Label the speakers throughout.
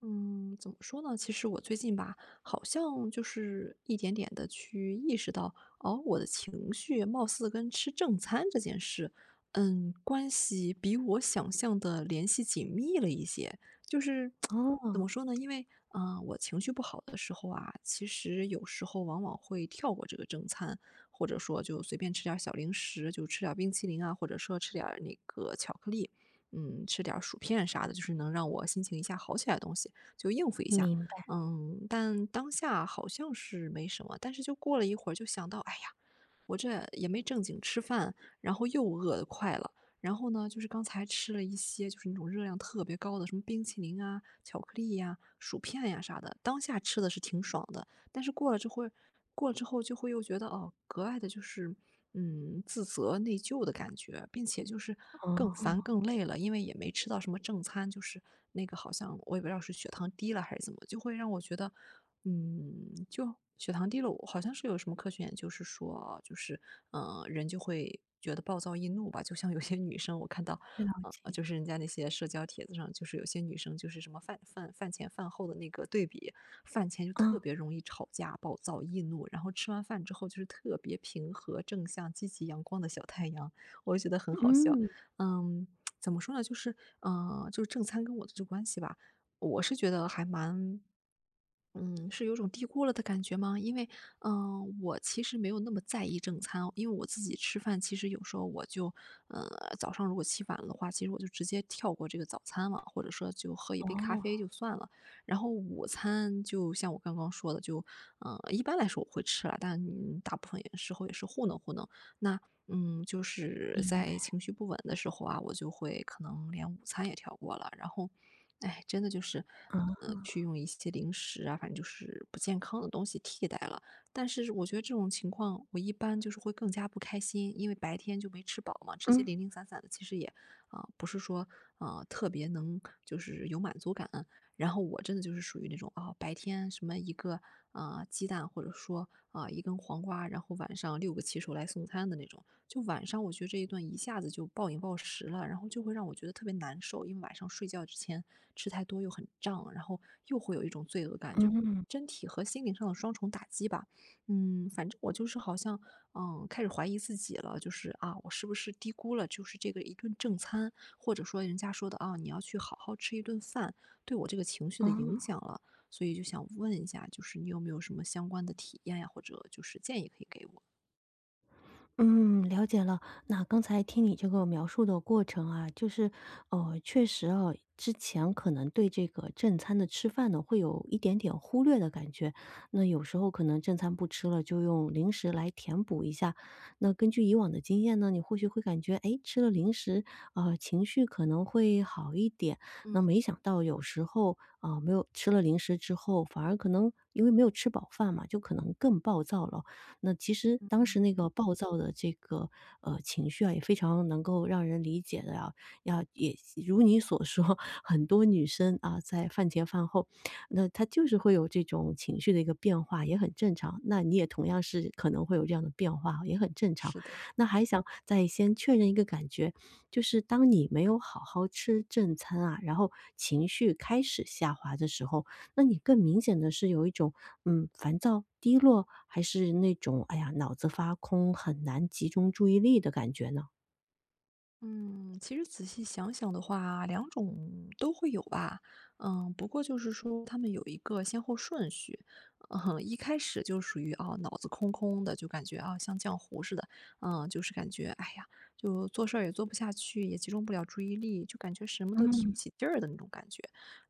Speaker 1: 嗯，怎么说呢？其实我最近吧，好像就是一点点的去意识到，哦，我的情绪貌似跟吃正餐这件事，嗯，关系比我想象的联系紧密了一些。就是怎
Speaker 2: 哦，
Speaker 1: 么说呢？因为，我情绪不好的时候啊，其实有时候往往会跳过这个正餐，或者说就随便吃点儿小零食，就吃点儿冰淇淋啊，或者说吃点儿那个巧克力。嗯，吃点儿薯片啥的，就是能让我心情一下好起来的东西。就应付一下。
Speaker 2: 明白，
Speaker 1: 嗯，但当下好像是没什么，但是就过了一会儿，就想到，哎呀，我这也没正经吃饭，然后又饿得快了。然后呢，就是刚才吃了一些，就是那种热量特别高的，什么冰淇淋啊、巧克力呀、薯片呀、啥的。当下吃的是挺爽的，但是过了之后，过了之后就会又觉得，哦，格外的就是，嗯，自责、内疚的感觉，并且就是更烦、
Speaker 2: 哦，
Speaker 1: 更累了，因为也没吃到什么正餐，就是那个好像我也不知道是血糖低了还是怎么，就会让我觉得嗯，就血糖低了，我好像是有什么科学就是说啊就是人就会觉得暴躁易怒吧。就像有些女生，我看到，
Speaker 2: 了解，
Speaker 1: 就是人家那些社交帖子上，就是有些女生就是什么饭前饭后的那个对比，饭前就特
Speaker 2: 啊，
Speaker 1: 别容易吵架、暴躁易怒，然后吃完饭之后就是特别平和、正向、积极、阳光的小太阳，我就觉得很好笑。
Speaker 2: 嗯，
Speaker 1: 嗯，怎么说呢？就是就是正餐跟我的这关系吧。我是觉得还蛮嗯，是有种低估了的感觉吗？因为，嗯，我其实没有那么在意正餐哦，因为我自己吃饭，其实有时候我就，呃，早上如果起晚了的话，其实我就直接跳过这个早餐了，或者说就喝一杯咖
Speaker 2: 哦，
Speaker 1: 啡就算了。然后午餐就像我刚刚说的，就，嗯，一般来说我会吃了，但大部分也时候也是糊弄糊弄。那，嗯，就是
Speaker 2: 明白，
Speaker 1: 在情绪不稳的时候啊，我就会可能连午餐也跳过了，然后。哎，真的就是，
Speaker 2: 啊，
Speaker 1: 去用一些零食啊，反正就是不健康的东西替代了。但是我觉得这种情况，我一般就是会更加不开心，因为白天就没吃饱嘛，吃些
Speaker 2: 嗯，
Speaker 1: 零零散散的，其实也不是说特别能就是有满足感。然后我真的就是属于那种白天什么一个鸡蛋或者说一根黄瓜，然后晚上6个骑手来送餐的那种。就晚上我觉得这一顿一下子就暴饮暴食了，然后就会让我觉得特别难受，因为晚上睡觉之前吃太多又很胀，然后又会有一种罪恶感，就
Speaker 2: 嗯，
Speaker 1: 身体和心灵上的双重打击吧。嗯，反正我就是好像，嗯，开始怀疑自己了，就是啊，我是不是低估了就是这个一顿正餐，或者说人家说的啊，你要去好好吃一顿饭，对我这个情绪的影
Speaker 2: 哦。
Speaker 1: 响了。所以就想问一下，就是你有没有什么相关的体验呀，或者就是建议可以给我？
Speaker 2: 嗯，了解了。那刚才听你这个描述的过程啊，就是，确实哦，之前可能对这个正餐的吃饭呢，会有一点点忽略的感觉。那有时候可能正餐不吃了，就用零食来填补一下。那根据以往的经验呢，你或许会感觉，哎，吃了零食，情绪可能会好一点。那
Speaker 1: 嗯，
Speaker 2: 没想到有时候，啊、没有吃了零食之后，反而可能因为没有吃饱饭嘛，就可能更暴躁了。那其实
Speaker 1: 嗯，
Speaker 2: 当时那个暴躁的这个情绪啊，也非常能够让人理解的啊。要也如你所说，很多女生啊，在饭前饭后，那她就是会有这种情绪的一个变化，也很正常。那你也同样是可能会有这样的变化，也很正常。
Speaker 1: 是的。
Speaker 2: 那还想再先确认一个感觉，就是当你没有好好吃正餐啊，然后情绪开始下滑的时候，那你更明显的是有一种，嗯，烦躁、低落，还是那种，哎呀，脑子发空，很难集中注意力的感觉呢？
Speaker 1: 嗯，其实仔细想想的话，两种都会有吧。嗯，不过就是说他们有一个先后顺序。嗯，一开始就属于啊脑子空空的，就感觉啊像浆糊似的。嗯，就是感觉哎呀，就做事儿也做不下去，也集中不了注意力，就感觉什么都提不起劲儿的那种感觉。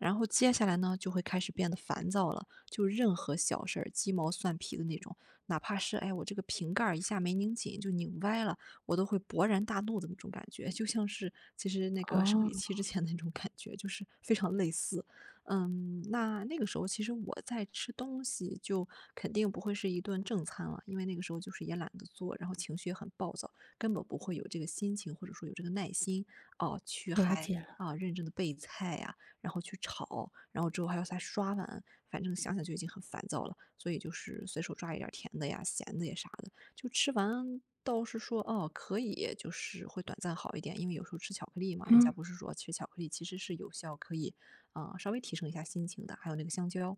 Speaker 1: 然后接下来呢，就会开始变得烦躁了，就任何小事儿鸡毛蒜皮的那种，哪怕是哎我这个瓶盖儿一下没拧紧就拧歪了。我都会勃然大怒的那种感觉，就像是其实那个生
Speaker 2: 哦，
Speaker 1: 理期之前的那种感觉，就是非常类似。嗯，那那个时候其实我在吃东西，就肯定不会是一顿正餐了，因为那个时候就是也懒得做，然后情绪也很暴躁，根本不会有这个心情或者说有这个耐心哦、去
Speaker 2: 了
Speaker 1: 嗨
Speaker 2: 解了。
Speaker 1: 啊认真的备菜呀、然后去炒，然后之后还要再刷碗，反正想想就已经很烦躁了，所以就是随手抓一点儿甜的呀、咸的呀啥的。就吃完倒是说，哦，可以，就是会短暂好一点，因为有时候吃巧克力嘛，人家
Speaker 2: 嗯。
Speaker 1: 不是说吃巧克力其实是有效可以稍微提升一下心情的，还有那个香蕉。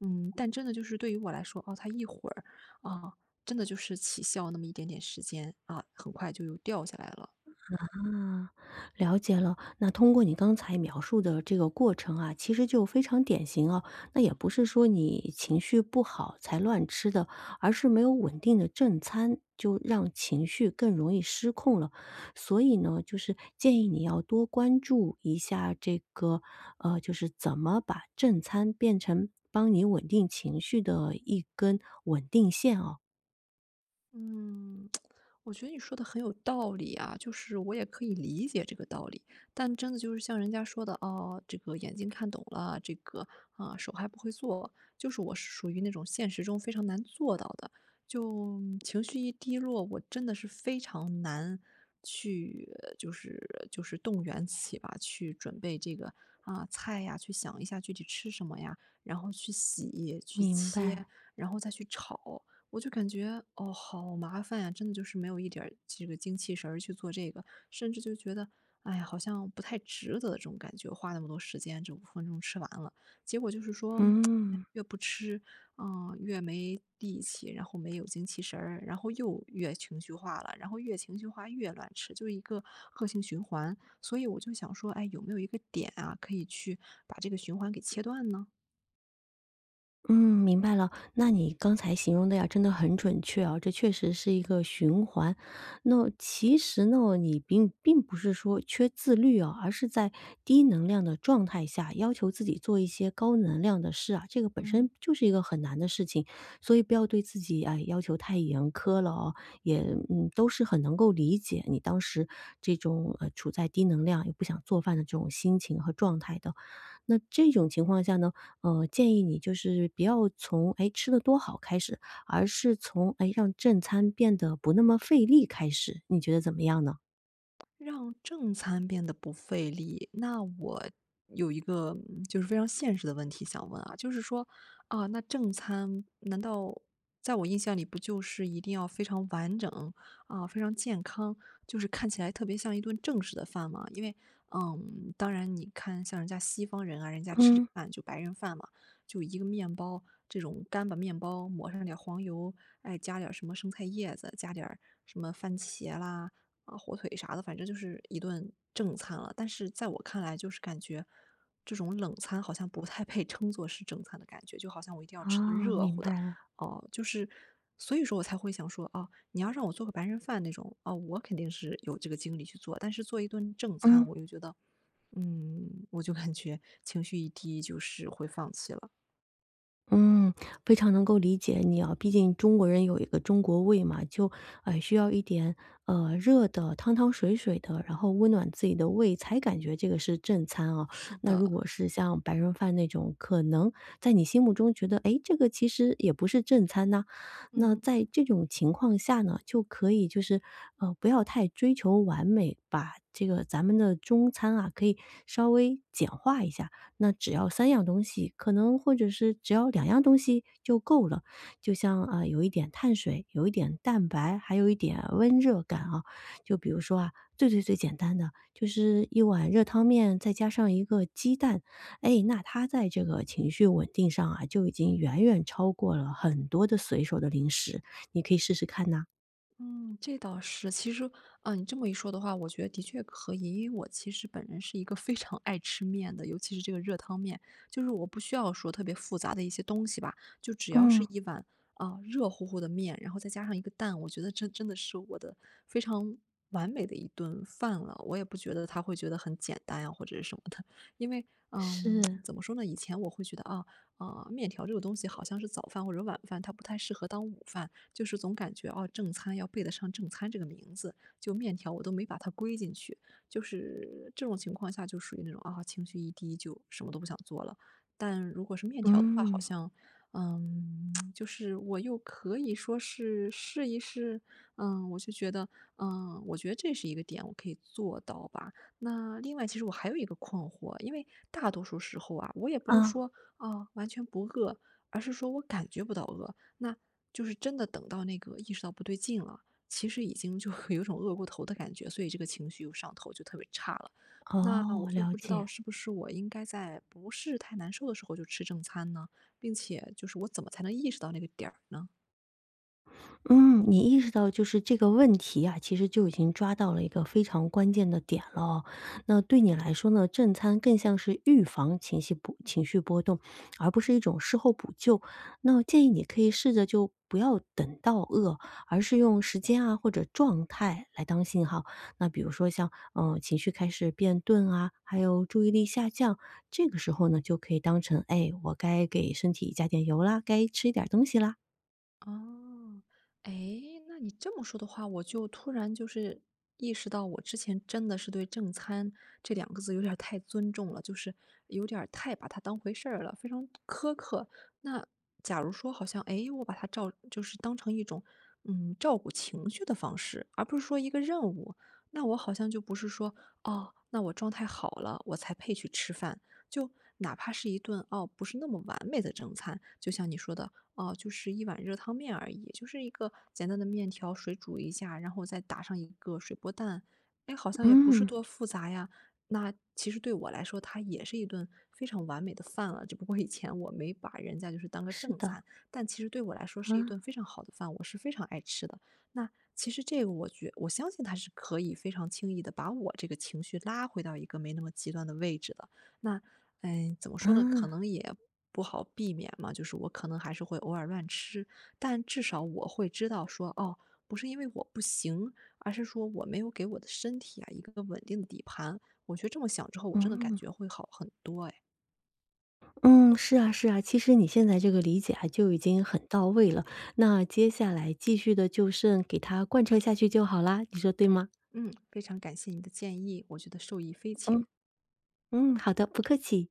Speaker 1: 嗯，但真的就是对于我来说，哦，它一会儿，啊，真的就是起效那么一点点时间，啊，很快就又掉下来了。
Speaker 2: 啊，了解了。那通过你刚才描述的这个过程啊，其实就非常典型哦。那也不是说你情绪不好才乱吃的，而是没有稳定的正餐，就让情绪更容易失控了。所以呢，就是建议你要多关注一下这个，就是怎么把正餐变成帮你稳定情绪的一根稳定线哦。
Speaker 1: 嗯，我觉得你说的很有道理啊，就是我也可以理解这个道理，但真的就是像人家说的，哦，这个眼睛看懂了，这个手还不会做，就是我是属于那种现实中非常难做到的，就情绪一低落，我真的是非常难去，动员起吧，去准备这个菜呀，去想一下具体吃什么呀，然后去洗、去
Speaker 2: 明
Speaker 1: 切，
Speaker 2: 白。
Speaker 1: 然后再去炒。我就感觉，哦，好麻烦呀，真的就是没有一点儿这个精气神儿去做这个，甚至就觉得，哎呀，好像不太值得这种感觉，花那么多时间，这5分钟吃完了。结果就是说，哎
Speaker 2: 嗯。
Speaker 1: 越不吃，嗯，越没力气，然后没有精气神儿，然后又越情绪化了，然后越情绪化越乱吃，就是一个恶性循环。所以我就想说，哎，有没有一个点啊，可以去把这个循环给切断呢？
Speaker 2: 嗯，明白了。那你刚才形容的呀，真的很准确啊，这确实是一个循环。那其实呢，你并不是说缺自律啊，而是在低能量的状态下，要求自己做一些高能量的事啊，这个本
Speaker 1: 嗯。
Speaker 2: 身就是一个很难的事情，所以不要对自己哎要求太严苛了哦。也嗯，都是很能够理解你当时这种处在低能量又不想做饭的这种心情和状态的。那这种情况下呢？建议你就是不要从哎吃的多好开始，而是从哎让正餐变得不那么费力开始，你觉得怎么样呢？
Speaker 1: 让正餐变得不费力，那我有一个就是非常现实的问题想问啊，就是说啊，那正餐难道在我印象里不就是一定要非常完整啊，非常健康，就是看起来特别像一顿正式的饭吗？因为嗯，当然你看像人家西方人啊，人家吃
Speaker 2: 嗯，
Speaker 1: 饭就白人饭嘛，就一个面包这种干巴面包，抹上点儿黄油，哎，加点儿什么生菜叶子，加点儿什么番茄啦。啊，火腿啥的，反正就是一顿正餐了。但是在我看来，就是感觉这种冷餐好像不太被称作是正餐的感觉，就好像我一定要吃顿
Speaker 2: 哦，
Speaker 1: 热
Speaker 2: 明
Speaker 1: 乎的，
Speaker 2: 白了，
Speaker 1: 哦、就是，所以说我才会想说，哦，你要让我做个白人饭那种，哦，我肯定是有这个精力去做，但是做一顿正餐，
Speaker 2: 嗯。
Speaker 1: 我又觉得，嗯，我就感觉情绪一低，就是会放弃了。
Speaker 2: 嗯，非常能够理解你啊，毕竟中国人有一个中国胃嘛，就需要一点热的、汤汤水水的，然后温暖自己的胃，才感觉这个是正餐啊。
Speaker 1: 是
Speaker 2: 那
Speaker 1: 的，
Speaker 2: 如果是像白人饭那种，可能在你心目中觉得，哎，这个其实也不是正餐呐、那
Speaker 1: 嗯。
Speaker 2: 在这种情况下呢，就可以就是不要太追求完美，把这个咱们的中餐啊，可以稍微简化一下。那只要三样东西，可能或者是只要两样东西就够了。就像，啊，有一点碳水，有一点蛋白，还有一点温热感啊。就比如说啊，最最最简单的，就是一碗热汤面再加上一个鸡蛋，哎，那它在这个情绪稳定上啊，就已经远远超过了很多的随手的零食，你可以试试看呐。
Speaker 1: 嗯，这倒是。其实，啊，你这么一说的话，我觉得的确可以。因为我其实本人是一个非常爱吃面的，尤其是这个热汤面，就是我不需要说特别复杂的一些东西吧，就只要是
Speaker 2: 嗯，
Speaker 1: 一碗热乎乎的面，然后再加上一个蛋，我觉得这真的是我的非常完美的一顿饭了。我也不觉得他会觉得很简单呀、或者是什么的，因为
Speaker 2: 是，
Speaker 1: 怎么说呢？以前我会觉得面条这个东西好像是早饭或者晚饭，它不太适合当午饭。就是总感觉啊，正餐要背得上正餐这个名字，就面条我都没把它归进去，就是这种情况下就属于那种啊，情绪一低就什么都不想做了。但如果是面条的话，好
Speaker 2: 嗯，
Speaker 1: 像，嗯，就是我又可以说是试一试，嗯，我就觉得，嗯，我觉得这是一个点，我可以做到吧。那另外，其实我还有一个困惑，因为大多数时候啊，我也不是
Speaker 2: 啊，
Speaker 1: 说完全不饿，而是说我感觉不到饿。那就是真的等到那个意识到不对劲了，其实已经就 有种饿过头的感觉，所以这个情绪又上头，就特别差了。那
Speaker 2: 哦，
Speaker 1: 我就
Speaker 2: 了
Speaker 1: 不知道
Speaker 2: 解。
Speaker 1: 是不是我应该在不是太难受的时候就吃正餐呢？并且就是我怎么才能意识到那个点儿呢？
Speaker 2: 嗯，你意识到就是这个问题啊，其实就已经抓到了一个非常关键的点了哦那对你来说呢，正餐更像是预防情绪波动，而不是一种事后补救。那建议你可以试着就不要等到饿，而是用时间啊或者状态来当信号。那比如说像情绪开始变钝啊，还有注意力下降，这个时候呢就可以当成哎，我该给身体加点油啦，该吃一点东西啦。
Speaker 1: 哦，诶，那你这么说的话，我就突然就是意识到，我之前真的是对“正餐”这两个字有点儿太尊重了，就是有点儿太把它当回事儿了，非常苛刻。那假如说，好像诶，我把它照就是当成一种照顾情绪的方式，而不是说一个任务，那我好像就不是说哦，那我状态好了，我才配去吃饭。就哪怕是一顿哦，不是那么完美的正餐，就像你说的，哦，就是一碗热汤面而已，就是一个简单的面条，水煮一下，然后再打上一个水波蛋，哎，好像也不是
Speaker 2: 嗯，
Speaker 1: 多复杂呀。那其实对我来说，它也是一顿非常完美的饭了，只不过以前我没把人家就是当个
Speaker 2: 是
Speaker 1: 正
Speaker 2: 的。
Speaker 1: 餐，但其实对我来说是一
Speaker 2: 啊，
Speaker 1: 顿非常好的饭，我是非常爱吃的。那其实这个我我相信他是可以非常轻易的把我这个情绪拉回到一个没那么极端的位置的。那，嗯，怎么说呢？可
Speaker 2: 啊，
Speaker 1: 能也不好避免嘛，就是我可能还是会偶尔乱吃，但至少我会知道说，哦，不是因为我不行，而是说我没有给我的身体啊一个稳定的底盘。我觉得这么想之后，我真的感
Speaker 2: 嗯，
Speaker 1: 觉会好很多。哎，
Speaker 2: 嗯，是啊是啊，其实你现在这个理解啊，就已经很到位了。那接下来继续的就剩给它贯彻下去就好啦，你说对吗？
Speaker 1: 嗯，非常感谢你的建议，我觉得受益匪浅。
Speaker 2: 嗯，嗯，好的，不客气。